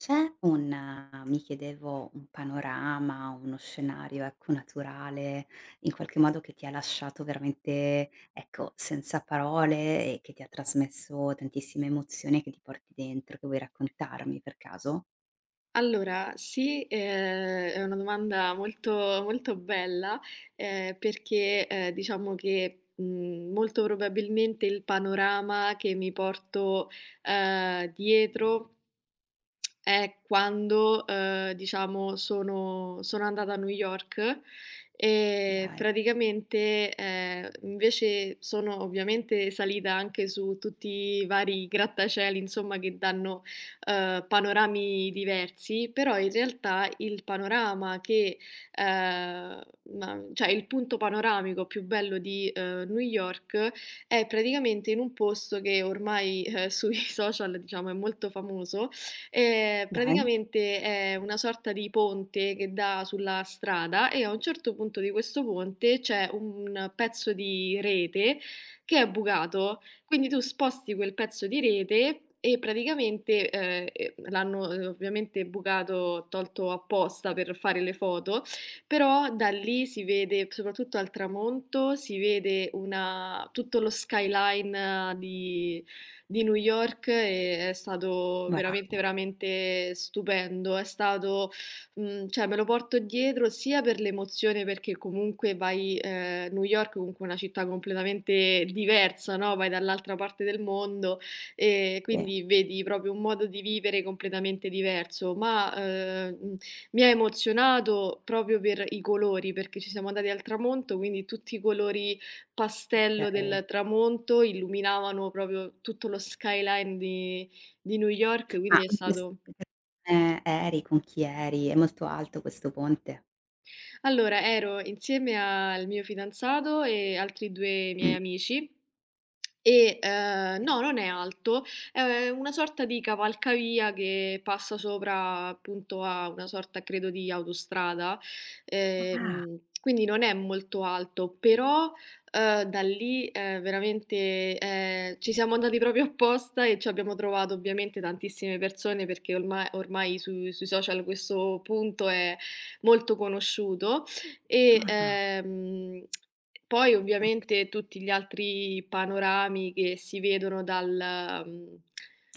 C'è un mi chiedevo, un panorama, uno scenario, ecco, naturale, in qualche modo che ti ha lasciato veramente, ecco, senza parole e che ti ha trasmesso tantissime emozioni che ti porti dentro, che vuoi raccontarmi per caso? Allora sì, è una domanda molto molto bella, perché, diciamo che, molto probabilmente il panorama che mi porto dietro è quando, diciamo sono andata a New York. E Dai, praticamente, invece sono ovviamente salita anche su tutti i vari grattacieli, insomma, che danno panorami diversi, però in realtà il panorama che, ehm, ma cioè il punto panoramico più bello di New York è praticamente in un posto che ormai, sui social diciamo è molto famoso. Dai. Praticamente è una sorta di ponte che dà sulla strada e a un certo punto di questo ponte c'è un pezzo di rete che è bucato, quindi tu sposti quel pezzo di rete e praticamente, e l'hanno, ovviamente bucato, tolto apposta per fare le foto, però da lì si vede, soprattutto al tramonto, si vede una tutto lo skyline di New York, e è stato Va. veramente, veramente stupendo. È stato, cioè me lo porto dietro sia per l'emozione, perché comunque vai New York comunque è comunque una città completamente diversa, no, vai dall'altra parte del mondo e Sì. quindi vedi proprio un modo di vivere completamente diverso, ma, mi ha emozionato proprio per i colori, perché ci siamo andati al tramonto, quindi tutti i colori pastello Okay. del tramonto illuminavano proprio tutto lo skyline di New York, Ma quindi è in ques stato. Con chi eri? È molto alto questo ponte? Allora ero insieme al mio fidanzato e altri 2 Mh. miei amici. E, no, non è alto, è una sorta di cavalcavia che passa sopra appunto a una sorta credo di autostrada, Ah, quindi non è molto alto, però, da lì, veramente, ci siamo andati proprio apposta e ci abbiamo trovato ovviamente tantissime persone, perché ormai su sui social questo punto è molto conosciuto. E, ah, poi okay. ovviamente tutti gli altri panorami che si vedono dal mhmm,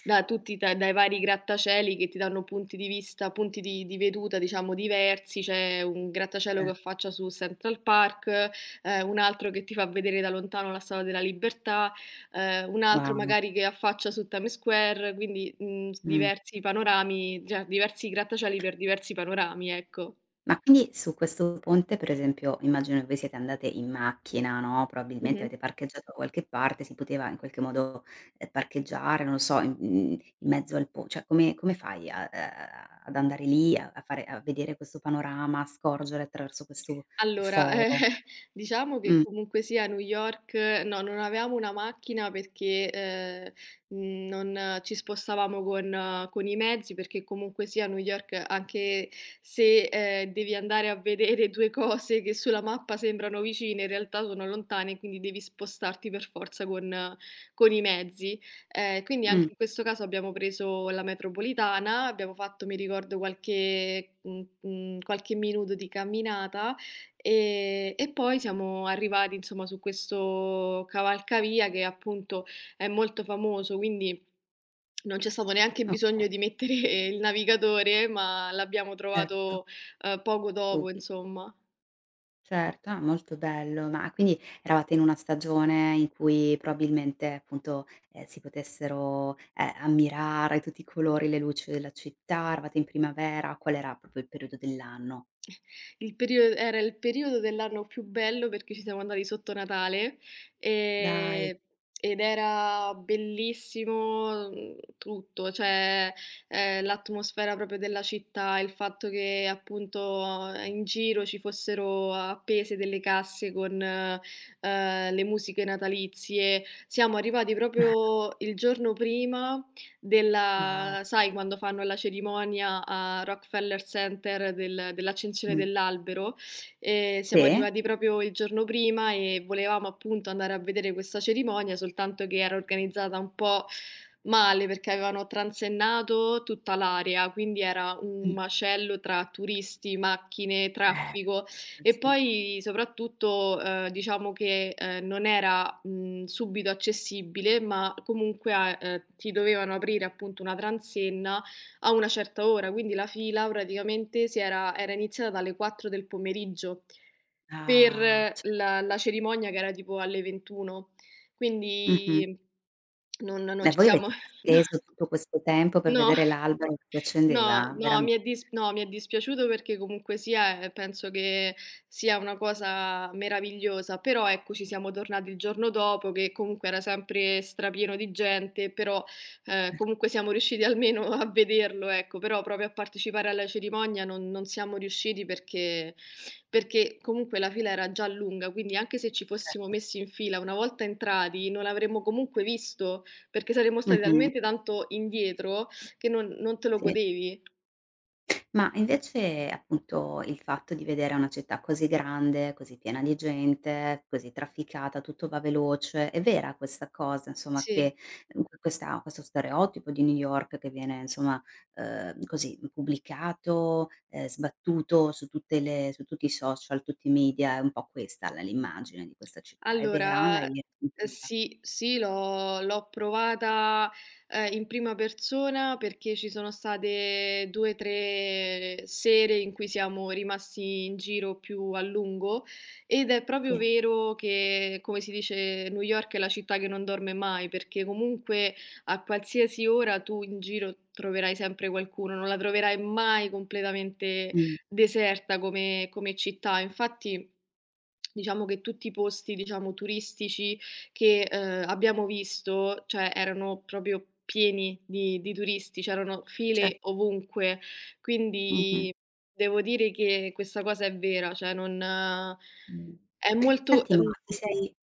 da tutti da dai vari grattacieli che ti danno punti di vista, punti di veduta, diciamo, diversi. C'è un grattacielo che affaccia su Central Park, un altro che ti fa vedere da lontano la Statua della Libertà, un altro Wow. magari che affaccia su Times Square, quindi, mhmm, s Mh. diversi panorami, cioè diversi grattacieli per diversi panorami, ecco. Ma quindi su questo ponte, per esempio, immagino che voi siete andate in macchina, no, probabilmente Mh-mh. avete parcheggiato da qualche parte, si poteva in qualche modo, parcheggiare, non lo so, in mezzo al po cioè come fai a ad andare lì, a fare a vedere questo panorama, a scorgere attraverso questo Allora, foro? diciamo che Mh, comunque sia a New York no, non avevamo una macchina, perché, non ci spostavamo con i mezzi, perché comunque sia a New York, anche se, devi andare a vedere 2 cose che sulla mappa sembrano vicine, in realtà sono lontane, quindi devi spostarti per forza con i mezzi. Quindi anche mh, in questo caso abbiamo preso la metropolitana, abbiamo fatto, mi ricordo, qualche minuto di camminata. E poi siamo arrivati insomma su questo cavalcavia che appunto è molto famoso, quindi non c'è stato neanche okay, bisogno di mettere il navigatore, ma l'abbiamo certo. trovato, poco dopo Dubbi. insomma. Certo, ah, molto bello. Ma quindi eravate in una stagione in cui probabilmente appunto, si potessero, ammirare tutti i colori, le luci della città, eravate in primavera, qual era proprio il periodo dell'anno? Il perio Era il periodo dell'anno più bello perché ci siamo andati sotto Natale, Dai, ehm, ed era bellissimo, tutto, cioè, l'atmosfera proprio della città, il fatto che appunto in giro ci fossero appese delle casse con, le musiche natalizie. Siamo arrivati proprio il giorno prima wow. della, sai quando fanno la cerimonia a Rockefeller Center dell'accensione Mh. dell'albero? Siamo Sì? arrivati proprio il giorno prima e volevamo appunto andare a vedere questa cerimonia, soltanto che era organizzata un po' male, perché avevano transennato tutta l'area, quindi era Mh. un macello tra turisti, macchine, Eh, traffico. E immagino. poi soprattutto, diciamo che, non era, subito accessibile, ma comunque a ti dovevano aprire appunto una transenna a una certa ora, quindi la fila praticamente si era iniziata dalle 4 del pomeriggio Ah, per cer la cerimonia che era tipo alle 21. mh-mh. Quindi non E non ci voi siamo avete no, atteso tutto questo tempo per no. vedere l'albero che si No, accendeva? no, Veramen mi è dis no, mi è dispiaciuto perché comunque sia, penso che sia una cosa meravigliosa, però ecco ci siamo tornati il giorno dopo, che comunque era sempre strapieno di gente, però, Cer comunque siamo riusciti almeno a vederlo, ecco, però proprio a partecipare alla cerimonia non siamo riusciti, perché comunque la fila era già lunga, quindi anche se ci fossimo certo. messi in fila, una volta entrati non l'avremmo comunque visto, perché saremmo stati Mh-mh. talmente tanto indietro che non te lo Sì. godevi. Ma invece, appunto, il fatto di vedere una città così grande, così piena di gente, così trafficata, tutto va veloce, è vera questa cosa, insomma, Sì. che mhmm, questa questo stereotipo di New York che viene, insomma, così pubblicato, sbattuto su tutte le su tutti i social, tutti i media, è un po' questa la l'immagine di questa città. È vera? Allora, L'hai sentita? sì, sì, l'ho provata, in prima persona, perché ci sono state 2, 3 sere in cui siamo rimasti in giro più a lungo, ed è proprio Sì. vero che, come si dice, New York è la città che non dorme mai, perché comunque a qualsiasi ora tu in giro troverai sempre qualcuno, non la troverai mai completamente Mh, deserta come città. Infatti, diciamo che tutti i posti, diciamo, turistici che, abbiamo visto, cioè erano proprio pieni di turisti, c'erano file certo. ovunque. Mh-mh. Quindi devo dire che questa cosa è vera, cioè non Mh. è molto, Senti, ma ti sì. sei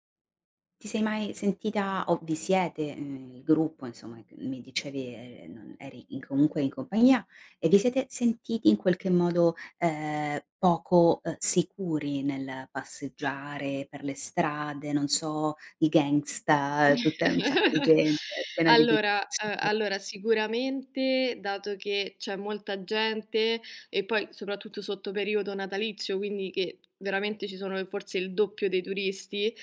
Ti sei mai sentita o vi siete, il gruppo insomma che mi dicevi, non eri in comunque in compagnia e vi siete sentiti in qualche modo, poco, sicuri nel passeggiare per le strade, non so, i gangsta, tutte un sacco di gente piena di Allora uhm, super, allora sicuramente, dato che c'è molta gente e poi soprattutto sotto periodo natalizio, quindi che veramente ci sono forse il doppio dei turisti,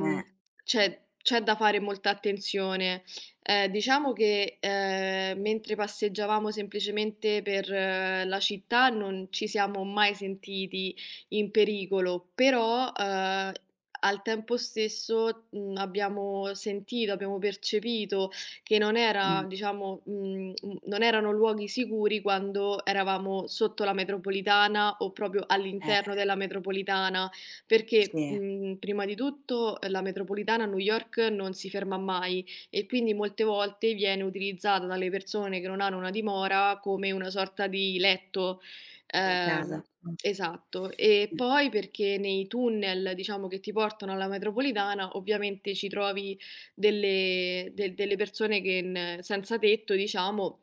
eh, c'è da fare molta attenzione. Diciamo che, mentre passeggiavamo semplicemente per la città non ci siamo mai sentiti in pericolo, però, al tempo stesso, abbiamo sentito, abbiamo percepito che non mh, era, diciamo, non erano luoghi sicuri quando eravamo sotto la metropolitana o proprio all'interno eh, della metropolitana, perché, sì, prima di tutto, la metropolitana a New York non si ferma mai e quindi molte volte viene utilizzata dalle persone che non hanno una dimora come una sorta di letto. di casa. Ehm Mh. Esatto. E Mh. poi perché nei tunnel, diciamo, che ti portano alla metropolitana, ovviamente ci trovi delle de delle persone che n senza tetto, diciamo,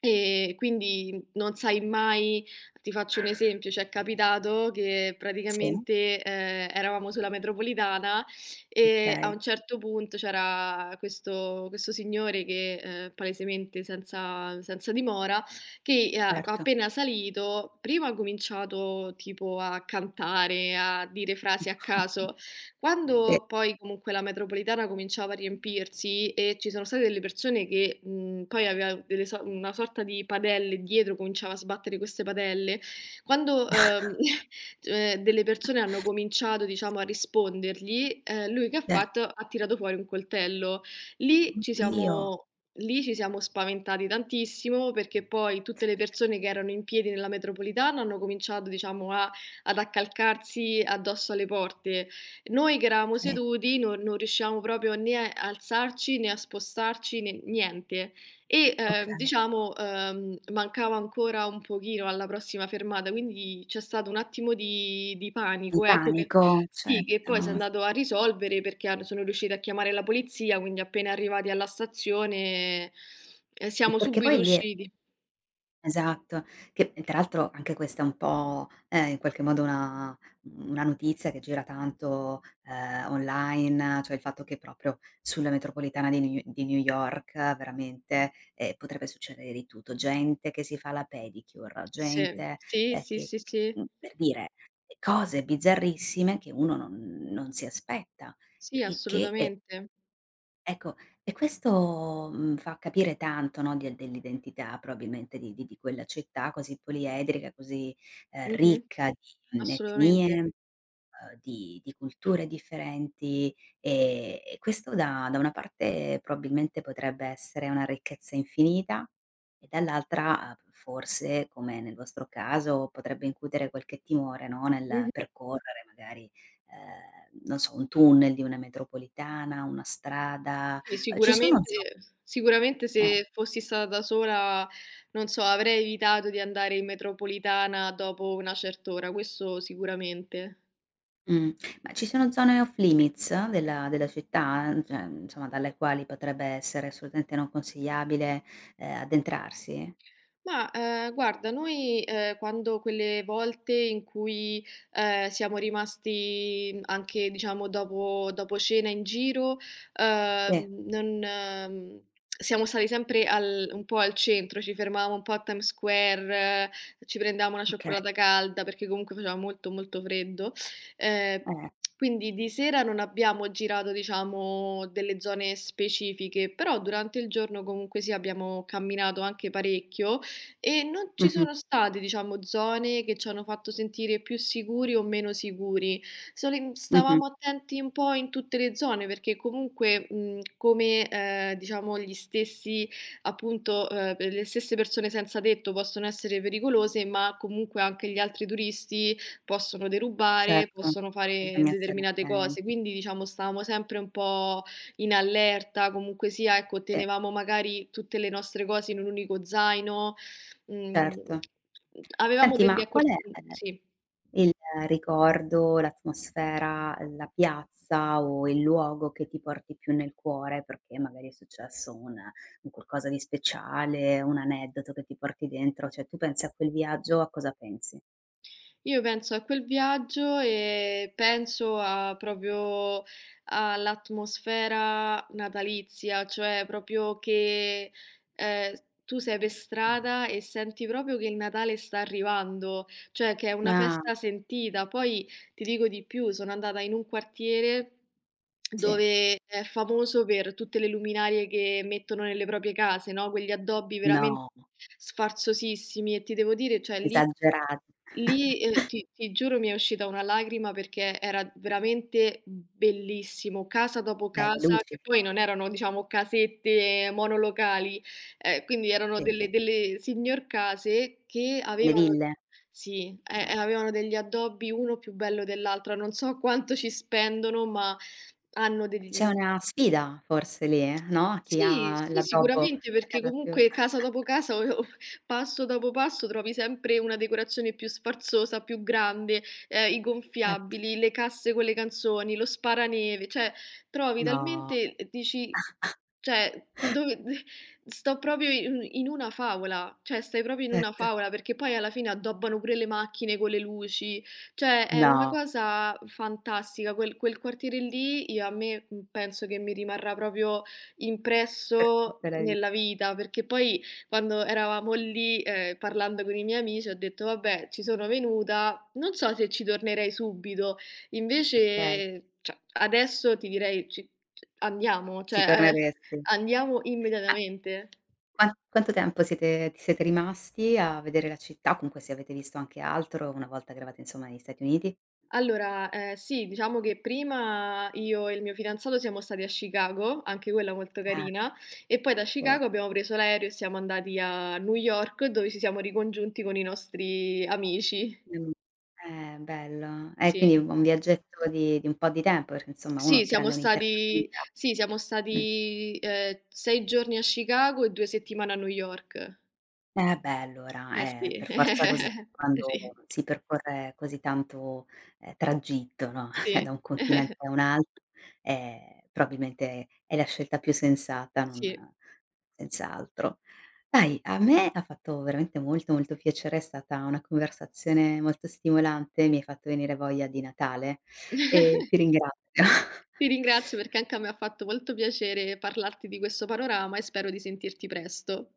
e quindi non sai mai. Ti faccio un esempio: c'è capitato che Sì, praticamente, eravamo sulla metropolitana e a okay, un certo punto c'era questo signore che, palesemente senza dimora, che, certo. appena salito prima ha cominciato tipo a cantare, a dire frasi a caso; Sì. quando poi comunque la metropolitana cominciava a riempirsi e ci sono state delle persone che, poi aveva delle so una sorta di padelle dietro, cominciava a sbattere queste padelle; quando, delle persone hanno cominciato, diciamo, a rispondergli, lui che ha Cer fatto? Ha tirato fuori un coltello. Lì ci oddio, siamo lì ci siamo spaventati tantissimo, perché poi tutte le persone che erano in piedi nella metropolitana hanno cominciato, diciamo, a ad accalcarsi addosso alle porte. Noi che eravamo sì. seduti non riuscivamo proprio né a alzarci, né a spostarci, né niente. E, Okay. diciamo, mancava ancora un pochino alla prossima fermata, quindi c'è stato un attimo di Di panico, ecco, che panico, sì, che certo. poi si è andato a risolvere, perché han sono riusciti a chiamare la polizia, quindi appena arrivati alla stazione, siamo Perché subito poi lì è usciti. esatto, che tra l'altro anche questa è un po', in qualche modo una notizia che gira tanto, online, cioè il fatto che proprio sulla metropolitana di New York veramente, potrebbe succedere di tutto. Gente che si fa la pedicure, Sì, gente, sì, sì, che sì, che sì. mhmm, per dire, cose bizzarrissime che uno non si aspetta e Sì, e che. assolutamente. Ecco, e questo, fa capire tanto, no, de dell'identità probabilmente di quella città così poliedrica, così, Mh-mh, ricca di, mhmm, assolutamente. etnie di culture differenti, e questo da una parte probabilmente potrebbe essere una ricchezza infinita e dall'altra, forse, come nel vostro caso, potrebbe incutere qualche timore, no, nel Mh-mh. percorrere magari, non so, un tunnel di una metropolitana, una strada, Sì, ci sono inso sicuramente eh. se fossi stata da sola, non so, avrei evitato di andare in metropolitana dopo una certa ora, questo sicuramente. Mh. Ma ci sono zone off limits della città, cioè, insomma, dalle quali potrebbe essere assolutamente non consigliabile, addentrarsi? Ma, guarda, noi, quando, quelle volte in cui, siamo rimasti anche, diciamo, dopo cena in giro, Sì, non siamo stati sempre al un po' al centro, ci fermavamo un po' a Times Square, ci prendevamo una okay. cioccolata calda perché comunque faceva molto, molto freddo. Ehm, Eh. quindi di sera non abbiamo girato, diciamo, delle zone specifiche, però durante il giorno comunque sì, abbiamo camminato anche parecchio, e non ci Mh-mh, sono state, diciamo, zone che ci hanno fatto sentire più sicuri o meno sicuri. Sole, mh-mh. stavamo attenti un po' in tutte le zone, perché comunque, come, diciamo gli stessi appunto, le stesse persone senza tetto possono essere pericolose, ma comunque anche gli altri turisti possono derubare, Certo, possono fare bisogna stare determinate cose. attenti. Quindi, diciamo, stavamo sempre un po' in allerta, comunque sia, ecco, Sì, tenevamo magari tutte le nostre cose in un unico zaino. Mhmm, certo. Avevamo Senti, degli ma qual è eh, sì. Il ricordo, l'atmosfera, la piazza o il luogo che ti porti più nel cuore, perché magari è successo un qualcosa di speciale, un aneddoto che ti porti dentro, cioè tu pensi a quel viaggio, a cosa pensi? Io penso a quel viaggio e penso a proprio all'atmosfera natalizia, cioè proprio che, ehm, tu sei per strada e senti proprio che il Natale sta arrivando, cioè che è una Ah, festa sentita. Poi ti dico di più, sono andata in un quartiere sì. dove è famoso per tutte le luminarie che mettono nelle proprie case, no, quegli addobbi veramente No, sfarzosissimi, e ti devo dire, cioè lì. esagerato. Lì, ti giuro mi è uscita una lacrima perché era veramente bellissimo, casa dopo Beh, le casa, luci. che poi non erano, diciamo, casette monolocali, quindi erano Sì, sì. Delle signor case che Le avevano de ville. sì, Eh. e avevano degli addobbi uno più bello dell'altro. Non so quanto ci spendono, ma hanno degli C'è una sfida forse lì, no, a chi sì, ha sì, l'addobbo, sicuramente, la perché casa più comunque casa dopo casa o passo dopo passo trovi sempre una decorazione più sfarzosa, più grande, i certo. gonfiabili, le casse con le canzoni, lo sparaneve, cioè trovi No. talmente, e dici, cioè, dove d sto proprio in una favola, cioè stai proprio in una Certo. favola, perché poi alla fine addobbano pure le macchine con le luci, cioè è una No. cosa fantastica. Quel quartiere lì, io a me, penso che mi rimarrà proprio Per impresso tutta la vi nella vita, perché poi quando eravamo lì, parlando con i miei amici ho detto: "Vabbè, ci sono venuta, non so se ci tornerei subito". okay, Invece cioè, adesso ti direi ci c andiamo, ci cioè, ehm, torneresti. andiamo Ma immediatamente. quanto tempo siete ti siete rimasti a vedere la città? O comunque se avete visto anche altro, una volta che eravate insomma negli Stati Uniti? Allora, sì, diciamo che prima io e il mio fidanzato siamo stati a Chicago, anche quella molto Ah, carina, e poi da sì. Chicago abbiamo preso l'aereo e siamo andati a New York, dove ci siamo ricongiunti con i nostri amici. Mh. Bello. Quindi Sì. un viaggetto di un po' di tempo, perché insomma uno Sì, prende un'intercontinentale. Siamo Mh. stati, 6 giorni a Chicago e 2 settimane a New York. Eh beh, allora, Eh sì. per forza così, quando Sì, si percorre così tanto, tragitto, no, cioè da sì. un continente a un altro, probabilmente è la scelta più sensata, Sì. non senz'altro. Dai, a me ha fatto veramente molto, molto piacere, è stata una conversazione molto stimolante, mi hai fatto venire voglia di Natale e ti ringrazio. Ti ringrazio perché anche a me ha fatto molto piacere parlarti di questo panorama e spero di sentirti presto.